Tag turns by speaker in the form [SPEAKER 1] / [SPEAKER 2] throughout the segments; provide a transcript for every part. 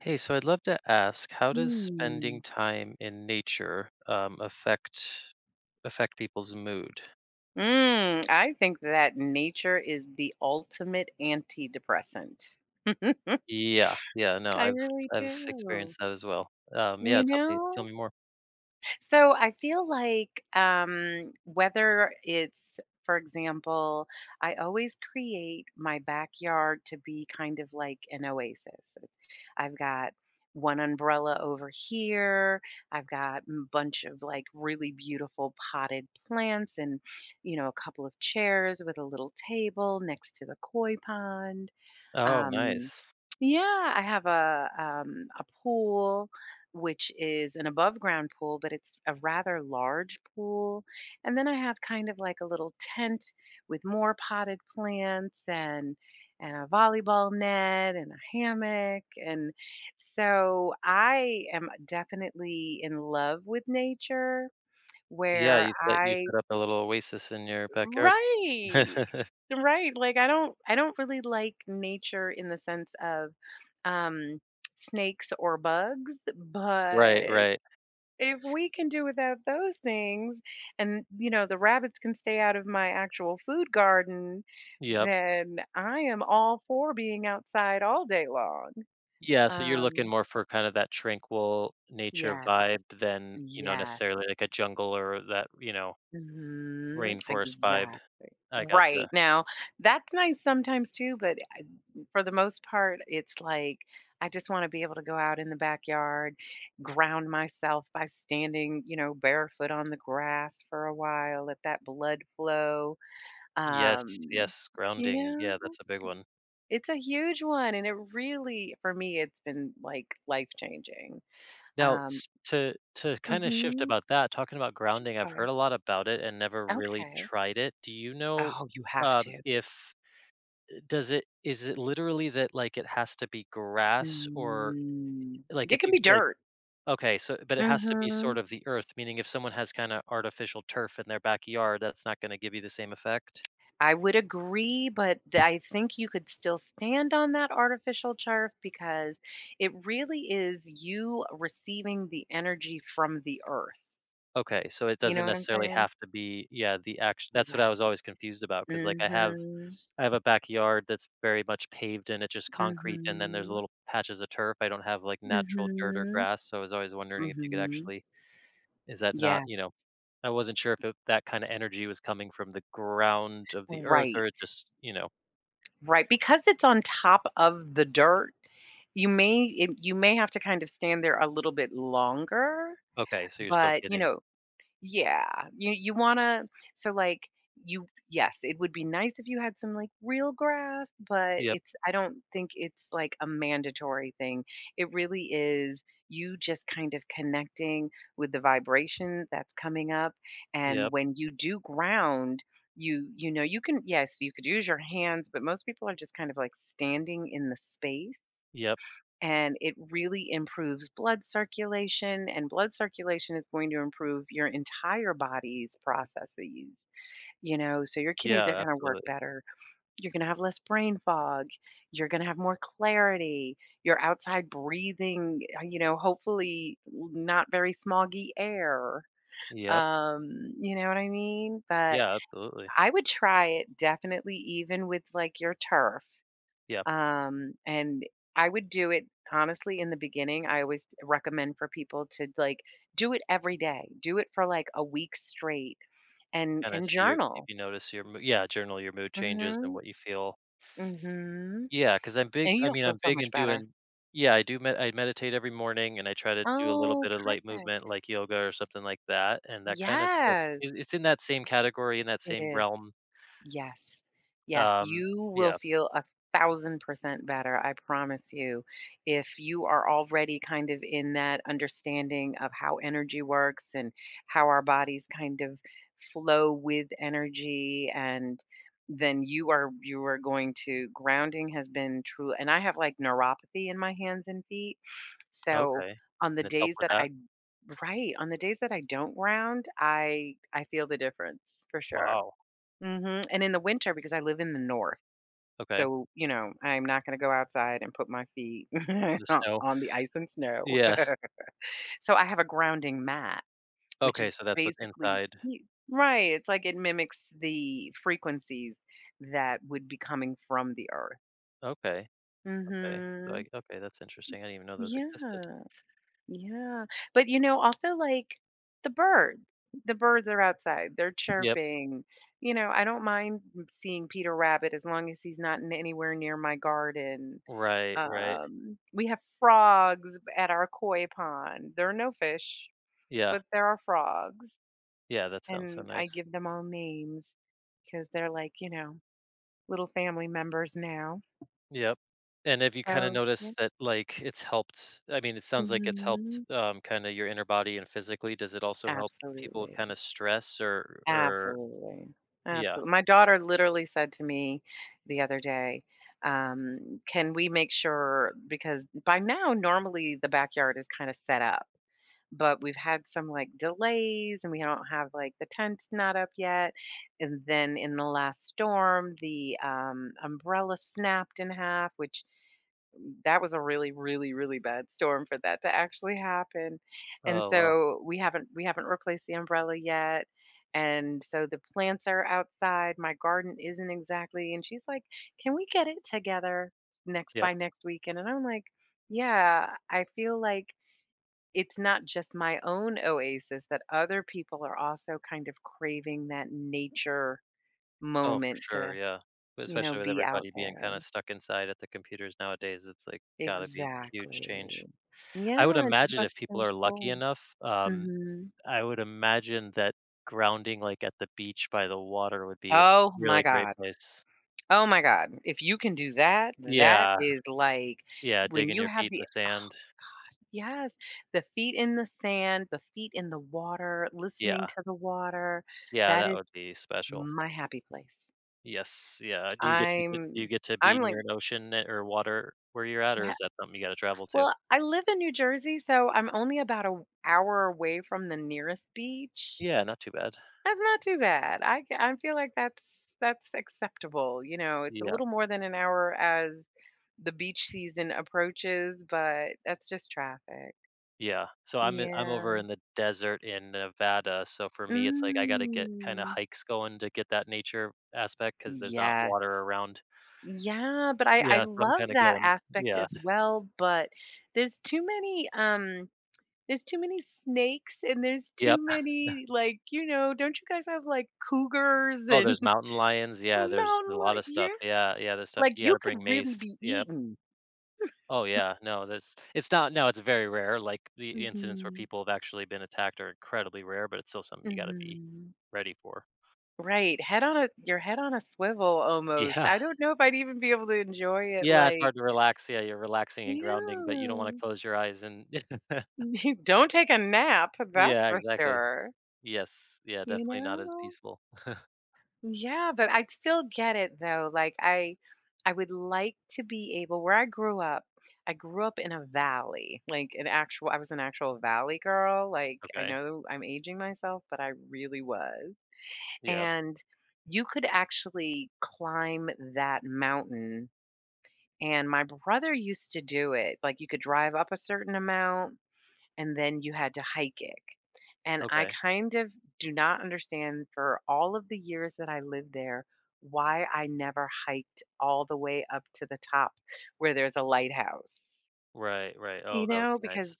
[SPEAKER 1] Hey, so I'd love to ask, how does
[SPEAKER 2] Hmm.
[SPEAKER 1] spending time in nature affect people's mood?
[SPEAKER 2] Mm, I think that nature is the ultimate antidepressant.
[SPEAKER 1] Yeah, yeah, no,
[SPEAKER 2] I
[SPEAKER 1] I've
[SPEAKER 2] really
[SPEAKER 1] I've
[SPEAKER 2] do.
[SPEAKER 1] experienced that as well. Yeah,
[SPEAKER 2] You
[SPEAKER 1] tell me tell
[SPEAKER 2] know?
[SPEAKER 1] me more.
[SPEAKER 2] So I feel like whether it's, for example, I always create my backyard to be kind of like an oasis. I've got one umbrella over here. I've got a bunch of like really beautiful potted plants and, you know, a couple of chairs with a little table next to the koi pond
[SPEAKER 1] Oh,
[SPEAKER 2] um,
[SPEAKER 1] nice.
[SPEAKER 2] yeah, I have a pool, which is an above ground pool, but it's a rather large pool. And then I have kind of like a little tent with more potted plants and a volleyball net and a hammock. And so I am definitely in love with nature,
[SPEAKER 1] Yeah,
[SPEAKER 2] where
[SPEAKER 1] you set you
[SPEAKER 2] I
[SPEAKER 1] set up a little oasis in your backyard.
[SPEAKER 2] Right. Right, like, I don't really like nature in the sense of, um, snakes or bugs,
[SPEAKER 1] Right,
[SPEAKER 2] but
[SPEAKER 1] right.
[SPEAKER 2] if we can do without those things and, you know, the rabbits can stay out of my actual food garden,
[SPEAKER 1] Yep.
[SPEAKER 2] then I am all for being outside all day long.
[SPEAKER 1] Yeah, so you're looking
[SPEAKER 2] Um,
[SPEAKER 1] more for kind of that tranquil nature
[SPEAKER 2] yeah,
[SPEAKER 1] vibe than, you know,
[SPEAKER 2] yeah.
[SPEAKER 1] necessarily like a jungle or that, you know,
[SPEAKER 2] Mhm,
[SPEAKER 1] rainforest vibe.
[SPEAKER 2] exact
[SPEAKER 1] I gotcha.
[SPEAKER 2] Right, now, that's nice sometimes too, but for the most part, it's like I just want to be able to go out in the backyard, ground myself by standing, you know, barefoot on the grass for a while, let that blood flow.
[SPEAKER 1] Yes,
[SPEAKER 2] Um,
[SPEAKER 1] yes,
[SPEAKER 2] you
[SPEAKER 1] grounding. Yeah,
[SPEAKER 2] know,
[SPEAKER 1] that's a big one.
[SPEAKER 2] it's a huge one, and it really, for me, it's been like life changing.
[SPEAKER 1] Now,
[SPEAKER 2] Um,
[SPEAKER 1] s to kinda shift
[SPEAKER 2] hmm
[SPEAKER 1] about that, talking about grounding, I've
[SPEAKER 2] okay.
[SPEAKER 1] heard a lot about it and never really
[SPEAKER 2] Okay.
[SPEAKER 1] tried it. Do you know,
[SPEAKER 2] Oh, you have to.
[SPEAKER 1] if does it is it literally that, like, it has to be grass or
[SPEAKER 2] Mm.
[SPEAKER 1] like, if
[SPEAKER 2] It can
[SPEAKER 1] you
[SPEAKER 2] be
[SPEAKER 1] like
[SPEAKER 2] dirt.
[SPEAKER 1] okay, so but it has to be
[SPEAKER 2] Hmm.
[SPEAKER 1] sort of the earth, meaning if someone has kinda artificial turf in their backyard, that's not gonna give you the same effect?
[SPEAKER 2] I would agree, but I think you could still stand on that artificial turf because it really is you receiving the energy from the earth.
[SPEAKER 1] Okay, so it
[SPEAKER 2] You know
[SPEAKER 1] doesn't
[SPEAKER 2] what I'm
[SPEAKER 1] necessarily
[SPEAKER 2] saying?
[SPEAKER 1] have to be, yeah, the action. That's what I
[SPEAKER 2] Right.
[SPEAKER 1] was always confused about because, like,
[SPEAKER 2] Mhm.
[SPEAKER 1] I have a backyard that's very much paved and it's just concrete, and then there's
[SPEAKER 2] Mhm.
[SPEAKER 1] little patches of turf. I don't have like natural dirt or
[SPEAKER 2] Mhm.
[SPEAKER 1] grass, so I was always wondering if you could
[SPEAKER 2] Mhm.
[SPEAKER 1] actually is that not, you
[SPEAKER 2] Yes.
[SPEAKER 1] know, I wasn't sure if it, that kind of energy was coming from the ground of the earth or it
[SPEAKER 2] Right.
[SPEAKER 1] just, you know.
[SPEAKER 2] Right. Because it's on top of the dirt, you may have to kind of stand there a little bit longer,
[SPEAKER 1] Okay, so you're still
[SPEAKER 2] but you
[SPEAKER 1] getting.
[SPEAKER 2] know, Yeah. You wanna so, like, you yes, it would be nice if you had some, like, real grass, but
[SPEAKER 1] Yep,
[SPEAKER 2] it's I don't think it's, like, a mandatory thing. It really is you just kind of connecting with the vibration that's coming up, and
[SPEAKER 1] yep,
[SPEAKER 2] when you do ground, you know, you can yes, you could use your hands, but most people are just kind of, like, standing in the space
[SPEAKER 1] yep.
[SPEAKER 2] and it really improves blood circulation, and blood circulation is going to improve your entire body's processes. You know, so your kidneys are
[SPEAKER 1] Yeah,
[SPEAKER 2] going to work
[SPEAKER 1] absolutely.
[SPEAKER 2] better, you're going to have less brain fog, you're going to have more clarity, your outside breathing you know, hopefully not very smoggy air,
[SPEAKER 1] Yep.
[SPEAKER 2] you know what I mean, but
[SPEAKER 1] Yeah, absolutely.
[SPEAKER 2] I would try it definitely even with like your turf.
[SPEAKER 1] Yeah,
[SPEAKER 2] And I would do it honestly in the beginning. I always recommend for people to like do it every day. Do it for like a week straight and
[SPEAKER 1] kinda
[SPEAKER 2] and
[SPEAKER 1] see your if
[SPEAKER 2] journal.
[SPEAKER 1] you notice your mood, yeah, journal your mood changes and
[SPEAKER 2] Mhm.
[SPEAKER 1] what you feel.
[SPEAKER 2] Mhm.
[SPEAKER 1] Yeah, because 'cause I'm big,
[SPEAKER 2] And
[SPEAKER 1] I
[SPEAKER 2] you'll
[SPEAKER 1] mean,
[SPEAKER 2] feel
[SPEAKER 1] I'm
[SPEAKER 2] so
[SPEAKER 1] big in
[SPEAKER 2] much better.
[SPEAKER 1] doing, yeah, I meditate every morning, and I try to do a little
[SPEAKER 2] Oh,
[SPEAKER 1] bit of light
[SPEAKER 2] perfect.
[SPEAKER 1] movement like yoga or something like that, and that kind of stuff
[SPEAKER 2] Yes,
[SPEAKER 1] is it's in that same category, in that
[SPEAKER 2] it
[SPEAKER 1] same
[SPEAKER 2] is.
[SPEAKER 1] realm.
[SPEAKER 2] Yes. Yes,
[SPEAKER 1] Um,
[SPEAKER 2] you will
[SPEAKER 1] yeah,
[SPEAKER 2] feel 1,000% better, I promise you. If you are already kind of in that understanding of how energy works and how our bodies kind of flow with energy and then you are going to grounding has been true and I have like neuropathy in my hands and feet. So
[SPEAKER 1] okay,
[SPEAKER 2] on the
[SPEAKER 1] and it's helped
[SPEAKER 2] days
[SPEAKER 1] with
[SPEAKER 2] that
[SPEAKER 1] that?
[SPEAKER 2] I right, on the days that I don't ground, I feel the difference for sure.
[SPEAKER 1] Wow,
[SPEAKER 2] Mhm, and in the winter because I live in the north,
[SPEAKER 1] okay, in
[SPEAKER 2] so, you know, I'm not gonna go outside and put my feet
[SPEAKER 1] the snow.
[SPEAKER 2] on the ice and snow.
[SPEAKER 1] Yeah,
[SPEAKER 2] So I have a grounding mat, which
[SPEAKER 1] okay,
[SPEAKER 2] is
[SPEAKER 1] so that's what's
[SPEAKER 2] basically
[SPEAKER 1] inside.
[SPEAKER 2] y Right, it's like it mimics the frequencies that would be coming from the earth.
[SPEAKER 1] Okay, okay, so I
[SPEAKER 2] Mhm.
[SPEAKER 1] okay, that's interesting, I didn't even know those existed.
[SPEAKER 2] Yeah. Yeah, but, you know, also, like, the birds. The birds are outside, they're
[SPEAKER 1] Yep,
[SPEAKER 2] chirping, you know, I don't mind m seeing Peter Rabbit as long as he's not in anywhere near my garden.
[SPEAKER 1] right, right.
[SPEAKER 2] We have frogs at our koi pond. There are no fish,
[SPEAKER 1] Yeah,
[SPEAKER 2] but there are frogs,
[SPEAKER 1] yeah, that sounds so
[SPEAKER 2] and I
[SPEAKER 1] nice.
[SPEAKER 2] give them all names because 'cause they're, like, you know, little family members now.
[SPEAKER 1] Yep. And have you kinda
[SPEAKER 2] So yeah.
[SPEAKER 1] noticed that, like, it's helped, I mean, it sounds like it's helped,
[SPEAKER 2] Mhm.
[SPEAKER 1] kinda your inner body and physically. Does it also help people with kinda
[SPEAKER 2] Absolutely.
[SPEAKER 1] stress or or.
[SPEAKER 2] Absolutely.
[SPEAKER 1] Yeah.
[SPEAKER 2] Absolutely. My daughter literally said to me the other day, can we make sure because by now normally the backyard is kind of set up, but we've had some like delays and we don't have like the tent's not up yet. And then in the last storm, the umbrella snapped in half, which that was a really, really, really bad storm for that to actually happen. And
[SPEAKER 1] Oh, well.
[SPEAKER 2] so we haven't replaced the umbrella yet. And so the plants are outside. My garden isn't exactly. And she's like, "Can we get it together next
[SPEAKER 1] Yep.
[SPEAKER 2] by next weekend?" And I'm like, "Yeah, I feel like it's not just my own oasis that other people are also kind of craving that nature
[SPEAKER 1] Oh, for
[SPEAKER 2] moment
[SPEAKER 1] sure,
[SPEAKER 2] to,
[SPEAKER 1] yeah. But
[SPEAKER 2] you know,
[SPEAKER 1] especially with
[SPEAKER 2] be out
[SPEAKER 1] everybody being
[SPEAKER 2] there."
[SPEAKER 1] kinda stuck inside at the computers nowadays, it's, like, gotta be huge
[SPEAKER 2] Exactly.
[SPEAKER 1] change. I would
[SPEAKER 2] Yeah, and she's
[SPEAKER 1] imagine
[SPEAKER 2] about
[SPEAKER 1] if
[SPEAKER 2] to
[SPEAKER 1] people
[SPEAKER 2] finish
[SPEAKER 1] are lucky
[SPEAKER 2] school.
[SPEAKER 1] enough,
[SPEAKER 2] Mhm.
[SPEAKER 1] I would imagine that grounding, like, at the beach by the water would be a
[SPEAKER 2] Oh my
[SPEAKER 1] really great
[SPEAKER 2] god.
[SPEAKER 1] place.
[SPEAKER 2] Oh my god. If you can do that, that
[SPEAKER 1] Yeah.
[SPEAKER 2] is like
[SPEAKER 1] Yeah,
[SPEAKER 2] when
[SPEAKER 1] digging
[SPEAKER 2] you
[SPEAKER 1] your
[SPEAKER 2] have
[SPEAKER 1] feet in the
[SPEAKER 2] the
[SPEAKER 1] sand.
[SPEAKER 2] Yes, the feet in the sand, the feet in the water,
[SPEAKER 1] Yeah,
[SPEAKER 2] listening to the water,
[SPEAKER 1] yeah,
[SPEAKER 2] that
[SPEAKER 1] that
[SPEAKER 2] is
[SPEAKER 1] would be special.
[SPEAKER 2] my happy place.
[SPEAKER 1] Yes, yeah. Do you get to get
[SPEAKER 2] I'm
[SPEAKER 1] do you get to be
[SPEAKER 2] I'm like,
[SPEAKER 1] near an ocean a or water where you're at, or
[SPEAKER 2] yeah.
[SPEAKER 1] is that something you gotta travel to?
[SPEAKER 2] Well, I live in New Jersey, so I'm only about a hour away from the nearest beach.
[SPEAKER 1] Yeah, not too bad.
[SPEAKER 2] That's not too bad. I feel like that's acceptable, you know, it's a
[SPEAKER 1] Yeah,
[SPEAKER 2] little more than an hour as the beach season approaches, but that's just traffic.
[SPEAKER 1] yeah. So I'm in I'm
[SPEAKER 2] Yeah.
[SPEAKER 1] over in the desert in Nevada, so for me, it's like I gotta get kinda
[SPEAKER 2] Mm.
[SPEAKER 1] hikes going to get that nature aspect because there's not
[SPEAKER 2] Yes.
[SPEAKER 1] water around.
[SPEAKER 2] Yeah, but I
[SPEAKER 1] Yeah, so I'm
[SPEAKER 2] love
[SPEAKER 1] kinda
[SPEAKER 2] that
[SPEAKER 1] going,
[SPEAKER 2] aspect
[SPEAKER 1] yeah,
[SPEAKER 2] as well, but there's too many, um there's too many snakes and there's
[SPEAKER 1] yep.
[SPEAKER 2] too many, like, you know, don't you guys have, like, cougars
[SPEAKER 1] Oh,
[SPEAKER 2] and
[SPEAKER 1] there's mountain lions, yeah, there's
[SPEAKER 2] mountain
[SPEAKER 1] a lot
[SPEAKER 2] li
[SPEAKER 1] of stuff.
[SPEAKER 2] Yeah.
[SPEAKER 1] Yeah, yeah, there's stuff
[SPEAKER 2] Like,
[SPEAKER 1] you
[SPEAKER 2] you
[SPEAKER 1] gotta bring
[SPEAKER 2] could really
[SPEAKER 1] mace,
[SPEAKER 2] be
[SPEAKER 1] yep.
[SPEAKER 2] eaten.
[SPEAKER 1] Oh yeah, no, that's it's not no, it's very rare. Like the incidents where
[SPEAKER 2] Mhm.
[SPEAKER 1] people have actually been attacked are incredibly rare, but it's still something you got to be
[SPEAKER 2] Mhm.
[SPEAKER 1] ready for.
[SPEAKER 2] Right, head on a your head on a swivel almost.
[SPEAKER 1] Yeah,
[SPEAKER 2] I don't know if I'd even be able to enjoy it,
[SPEAKER 1] yeah, it's
[SPEAKER 2] like
[SPEAKER 1] hard to relax. Yeah, you're relaxing and grounding, but you don't want
[SPEAKER 2] Yeah.
[SPEAKER 1] to close your eyes and
[SPEAKER 2] Don't take a nap, that's
[SPEAKER 1] yeah,
[SPEAKER 2] for
[SPEAKER 1] exactly.
[SPEAKER 2] sure,
[SPEAKER 1] Yes, yeah,
[SPEAKER 2] you
[SPEAKER 1] definitely not as
[SPEAKER 2] know?
[SPEAKER 1] peaceful.
[SPEAKER 2] Yeah, but I'd still get it though, like, I would like to be able where I grew up in a valley, like, an actual I was an actual valley girl, like, I
[SPEAKER 1] Okay,
[SPEAKER 2] know I'm aging myself, but I really was.
[SPEAKER 1] yeah,
[SPEAKER 2] And you could actually climb that mountain. And my brother used to do it. Like you could drive up a certain amount and then you had to hike it. And I
[SPEAKER 1] okay,
[SPEAKER 2] kind of do not understand for all of the years that I lived there why I never hiked all the way up to the top where there's a lighthouse.
[SPEAKER 1] right, right. Oh,
[SPEAKER 2] You
[SPEAKER 1] that would
[SPEAKER 2] know,
[SPEAKER 1] be nice.
[SPEAKER 2] because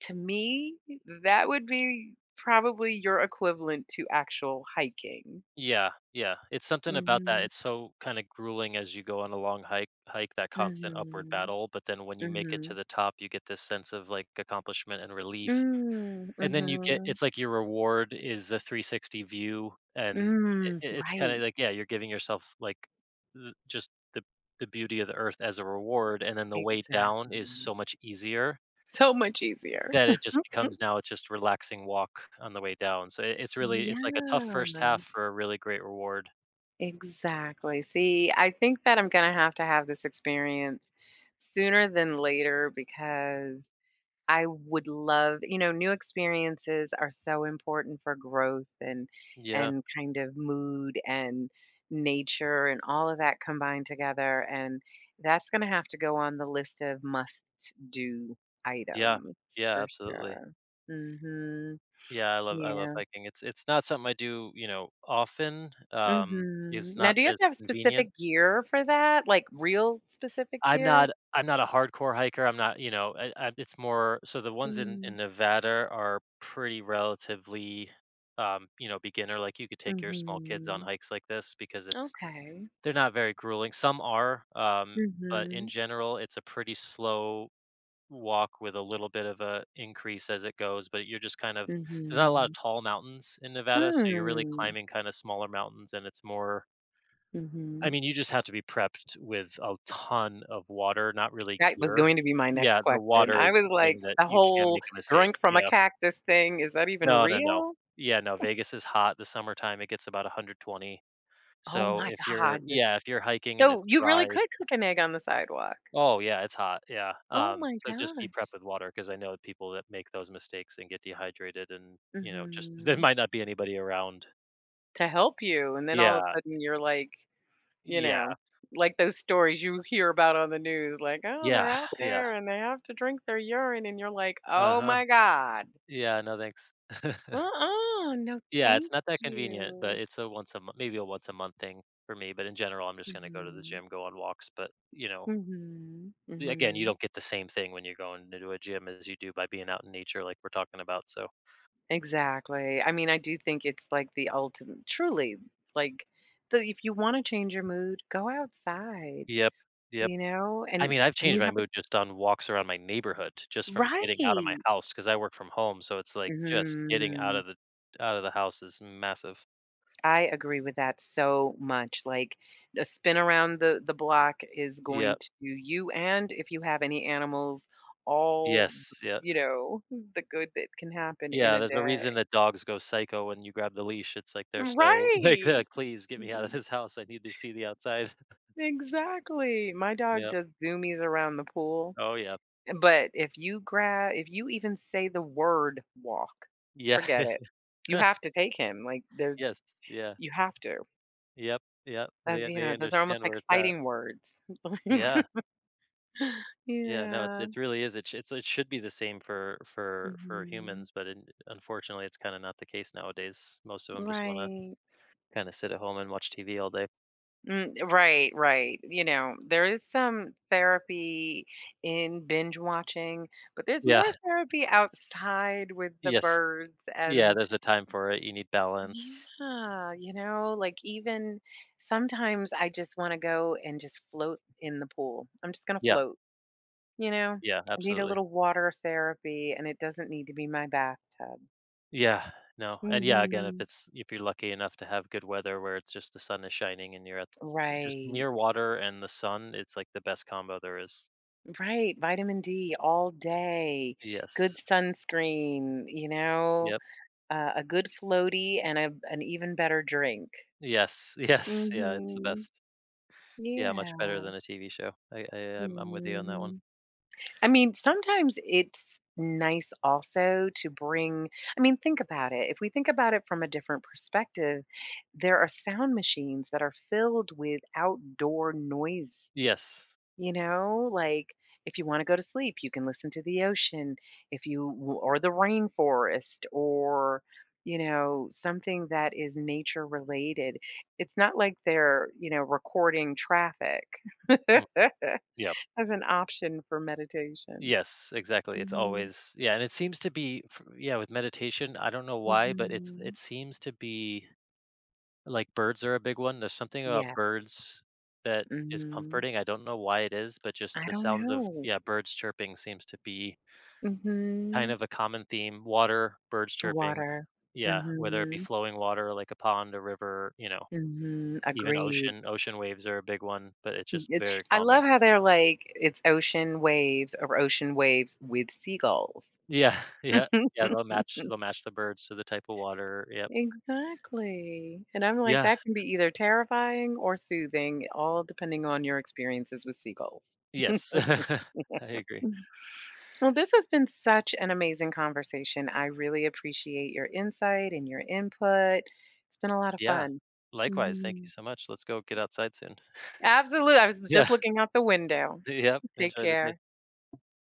[SPEAKER 2] to me, that would be probably your equivalent to actual hiking.
[SPEAKER 1] Yeah, yeah, it's something about that, it's so kinda grueling as you go on a long hike, that constant upward
[SPEAKER 2] Mhm.
[SPEAKER 1] battle, but then when you make it to
[SPEAKER 2] Mhm.
[SPEAKER 1] the top, you get this sense of, like, accomplishment and relief,
[SPEAKER 2] Mm,
[SPEAKER 1] and then you get
[SPEAKER 2] mhm.
[SPEAKER 1] it's like your reward is the 360 view, and it
[SPEAKER 2] Mm,
[SPEAKER 1] it's kinda
[SPEAKER 2] right,
[SPEAKER 1] like, yeah, you're giving yourself, like, th just the beauty of the earth as a reward, and then the way down is
[SPEAKER 2] exactly.
[SPEAKER 1] so much easier
[SPEAKER 2] So much easier.
[SPEAKER 1] that it just becomes now it's just relaxing walk on the way down, so it it's really it's like a tough first
[SPEAKER 2] Yeah,
[SPEAKER 1] half for a really great reward.
[SPEAKER 2] exactly. See, I think that I'm gonna have to have this experience sooner than later because I would love you know, new experiences are so important for growth
[SPEAKER 1] Yeah.
[SPEAKER 2] and kind of mood and nature and all of that combined together, and that's gonna have to go on the list of must-do
[SPEAKER 1] Yeah.
[SPEAKER 2] items
[SPEAKER 1] Yeah,
[SPEAKER 2] for
[SPEAKER 1] absolutely.
[SPEAKER 2] sure. Mhm.
[SPEAKER 1] Yeah, I love
[SPEAKER 2] Yeah.
[SPEAKER 1] hiking. It's not something I do, you know, often,
[SPEAKER 2] Mhm.
[SPEAKER 1] it's
[SPEAKER 2] Now
[SPEAKER 1] not
[SPEAKER 2] do you have
[SPEAKER 1] as
[SPEAKER 2] to have
[SPEAKER 1] convenient.
[SPEAKER 2] specific gear for that? Like, real specific
[SPEAKER 1] I'm
[SPEAKER 2] gear?
[SPEAKER 1] not I'm not a hardcore hiker, I'm not, you know, I it's more so the ones in
[SPEAKER 2] Mm.
[SPEAKER 1] Nevada are pretty relatively you know, beginner like you could take your small kids on
[SPEAKER 2] Mhm.
[SPEAKER 1] hikes like this because it's
[SPEAKER 2] Okay.
[SPEAKER 1] they're not very grueling. Some are, but in
[SPEAKER 2] Mhm.
[SPEAKER 1] general it's a pretty slow walk with a little bit of a increase as it goes, but you're just kind of there's not a lot of
[SPEAKER 2] Mhm.
[SPEAKER 1] tall mountains in Nevada, so you're really
[SPEAKER 2] Mm.
[SPEAKER 1] climbing kind of smaller mountains and it's more, I
[SPEAKER 2] Mhm.
[SPEAKER 1] mean, you just have to be prepped with a ton of water, not really
[SPEAKER 2] That was
[SPEAKER 1] gear.
[SPEAKER 2] going to be my next
[SPEAKER 1] Yeah, the
[SPEAKER 2] question.
[SPEAKER 1] water is
[SPEAKER 2] I was
[SPEAKER 1] the thing
[SPEAKER 2] like,
[SPEAKER 1] that
[SPEAKER 2] the
[SPEAKER 1] you can't
[SPEAKER 2] whole
[SPEAKER 1] make a mistake.
[SPEAKER 2] drink from a
[SPEAKER 1] Yeah.
[SPEAKER 2] cactus thing, is that even
[SPEAKER 1] No, no, no.
[SPEAKER 2] real?
[SPEAKER 1] Yeah, no, Vegas is hot. The summertime, it gets about 120.
[SPEAKER 2] Oh
[SPEAKER 1] So
[SPEAKER 2] my
[SPEAKER 1] if you're,
[SPEAKER 2] god.
[SPEAKER 1] yeah, if you're hiking and
[SPEAKER 2] So
[SPEAKER 1] it's
[SPEAKER 2] you really
[SPEAKER 1] dry.
[SPEAKER 2] could cook an egg on the sidewalk.
[SPEAKER 1] Oh, yeah, it's hot, yeah,
[SPEAKER 2] Oh my
[SPEAKER 1] so just be prepped
[SPEAKER 2] gosh.
[SPEAKER 1] with water because I know that people that make those mistakes and get dehydrated and, you know, just there
[SPEAKER 2] Mhm.
[SPEAKER 1] might not be anybody around.
[SPEAKER 2] To help you, and then all of a
[SPEAKER 1] Yeah,
[SPEAKER 2] sudden you're like, you
[SPEAKER 1] yeah,
[SPEAKER 2] know, like those stories you hear about on the news, like, "Oh, they're
[SPEAKER 1] yeah,
[SPEAKER 2] out
[SPEAKER 1] yeah,
[SPEAKER 2] there and they have to drink their urine," and you're like, "Oh
[SPEAKER 1] uh-huh,
[SPEAKER 2] my god.
[SPEAKER 1] yeah, no thanks.
[SPEAKER 2] Uh-uh, no
[SPEAKER 1] Yeah, it's
[SPEAKER 2] thank
[SPEAKER 1] not that convenient, but
[SPEAKER 2] you."
[SPEAKER 1] it's a once a mo maybe a once a month thing for me, but in general, I'm just gonna go to the
[SPEAKER 2] Mhm.
[SPEAKER 1] gym, go on walks, but, you know,
[SPEAKER 2] Mhm. Mhm.
[SPEAKER 1] again, you
[SPEAKER 2] Mhm.
[SPEAKER 1] don't get the same thing when you're going into a gym as you do by being out in nature like we're talking about, so
[SPEAKER 2] Exactly. I mean, I do think it's like the ultimate, truly, like the if you want to change your mood, go outside,
[SPEAKER 1] yep, yep.
[SPEAKER 2] you know,
[SPEAKER 1] I mean, I've
[SPEAKER 2] and
[SPEAKER 1] changed
[SPEAKER 2] you
[SPEAKER 1] my
[SPEAKER 2] have it
[SPEAKER 1] mood just on walks around my neighborhood, just from getting out of my
[SPEAKER 2] right.
[SPEAKER 1] house, because I work from home, so it's like just getting
[SPEAKER 2] Mhm.
[SPEAKER 1] out of the house is massive.
[SPEAKER 2] I agree with that so much. Like a spin around the block is
[SPEAKER 1] Yeah.
[SPEAKER 2] going to do you and if you have any animals, all
[SPEAKER 1] Yes, yeah.
[SPEAKER 2] you know, the good that can happen in
[SPEAKER 1] Yeah,
[SPEAKER 2] a
[SPEAKER 1] there's a
[SPEAKER 2] day.
[SPEAKER 1] reason that dogs go psycho when you grab the leash. It's like they're so like,
[SPEAKER 2] Right.
[SPEAKER 1] "Please get me out of this house. I need to see the outside."
[SPEAKER 2] Exactly. My dog
[SPEAKER 1] Yep.
[SPEAKER 2] does zoomies around the pool,
[SPEAKER 1] Oh, yeah.
[SPEAKER 2] but if you grab if you even say the word walk,
[SPEAKER 1] Yeah.
[SPEAKER 2] forget it. You have to take him. Like there's
[SPEAKER 1] Yes. Yeah.
[SPEAKER 2] you have to.
[SPEAKER 1] Yep, yep. They
[SPEAKER 2] You
[SPEAKER 1] they
[SPEAKER 2] know, those are
[SPEAKER 1] understand
[SPEAKER 2] almost like
[SPEAKER 1] where it's at.
[SPEAKER 2] fighting words.
[SPEAKER 1] Yeah. Yeah, no, it,
[SPEAKER 2] Yeah.
[SPEAKER 1] it really is. It it's it should be the same for for
[SPEAKER 2] Mhm.
[SPEAKER 1] humans, but in, unfortunately, it's kind of not the case nowadays. Most of them just want
[SPEAKER 2] Right.
[SPEAKER 1] to kind of sit at home and watch TV all day.
[SPEAKER 2] Mm, right, right. You know, there is some therapy in binge watching, but there's more
[SPEAKER 1] Yeah.
[SPEAKER 2] therapy outside with the
[SPEAKER 1] Yes.
[SPEAKER 2] birds
[SPEAKER 1] Yeah.
[SPEAKER 2] and
[SPEAKER 1] There's a time for it. You need balance.
[SPEAKER 2] Yeah, you know, like even sometimes I just want to go and just float in the pool. I'm just going to
[SPEAKER 1] Yeah.
[SPEAKER 2] float, you know.
[SPEAKER 1] Yeah.
[SPEAKER 2] I need a
[SPEAKER 1] Absolutely.
[SPEAKER 2] little water therapy and it doesn't need to be my bathtub.
[SPEAKER 1] Yeah. No. And yeah, again, if
[SPEAKER 2] Hmm.
[SPEAKER 1] it's if you're lucky enough to have good weather where it's just the sun is shining and you're at just
[SPEAKER 2] Right.
[SPEAKER 1] near water and the sun, it's like the best combo there is.
[SPEAKER 2] Right. Vitamin D all day. Good
[SPEAKER 1] Yes.
[SPEAKER 2] sunscreen, you know,
[SPEAKER 1] Yep.
[SPEAKER 2] a good floaty and a, an even better drink.
[SPEAKER 1] Yes. Yes. Yeah. It's the
[SPEAKER 2] Hmm.
[SPEAKER 1] best. Yeah, much better
[SPEAKER 2] Yeah.
[SPEAKER 1] than a TV show. I I'm with you on that one.
[SPEAKER 2] Mhm. I mean, sometimes it's nice also to bring I mean, think about it. If we think about it from a different perspective, there are sound machines that are filled with outdoor noise,
[SPEAKER 1] Yes.
[SPEAKER 2] you know? Like, if you wanna go to sleep, you can listen to the ocean, if you or the rainforest or, you know, something that is nature related. It's not like they're, you know, recording traffic
[SPEAKER 1] Mm, yeah.
[SPEAKER 2] as an option for meditation.
[SPEAKER 1] Yes, exactly. It's
[SPEAKER 2] Mhm,
[SPEAKER 1] always, yeah, and it seems to be f yeah, with meditation, I don't know why, but it's it
[SPEAKER 2] mhm.
[SPEAKER 1] seems to be like birds are a big one. There's something about
[SPEAKER 2] Yeah,
[SPEAKER 1] birds that is
[SPEAKER 2] mhm.
[SPEAKER 1] comforting. I don't know why it is, but just
[SPEAKER 2] I
[SPEAKER 1] the
[SPEAKER 2] don't
[SPEAKER 1] sounds of,
[SPEAKER 2] know.
[SPEAKER 1] yeah, birds chirping seems to be kind
[SPEAKER 2] Mhm.
[SPEAKER 1] of a common theme. Water, birds chirping.
[SPEAKER 2] Water.
[SPEAKER 1] Yeah, whether it be
[SPEAKER 2] Mhm,
[SPEAKER 1] flowing water like a pond, a river, you know.
[SPEAKER 2] mhm.
[SPEAKER 1] Even
[SPEAKER 2] Agreed.
[SPEAKER 1] ocean waves are a big one, but it's just
[SPEAKER 2] It's
[SPEAKER 1] very
[SPEAKER 2] I
[SPEAKER 1] calming.
[SPEAKER 2] love how they're like, "It's ocean waves or ocean waves with seagulls."
[SPEAKER 1] Yeah, yeah, yeah, they'll match the birds to the type of water, yep.
[SPEAKER 2] Exactly, and I'm like,
[SPEAKER 1] Yeah,
[SPEAKER 2] that can be either terrifying or soothing, all depending on your experiences with seagulls.
[SPEAKER 1] yes. I agree.
[SPEAKER 2] Well, this has been such an amazing conversation. I really appreciate your insight and your input. It's been a lot of
[SPEAKER 1] Yeah,
[SPEAKER 2] fun.
[SPEAKER 1] likewise, thank you
[SPEAKER 2] Mhm.
[SPEAKER 1] so much, let's go get outside soon.
[SPEAKER 2] Absolutely. I was
[SPEAKER 1] Yeah,
[SPEAKER 2] just looking out the window.
[SPEAKER 1] yep,
[SPEAKER 2] Take
[SPEAKER 1] enjoy the day.
[SPEAKER 2] care.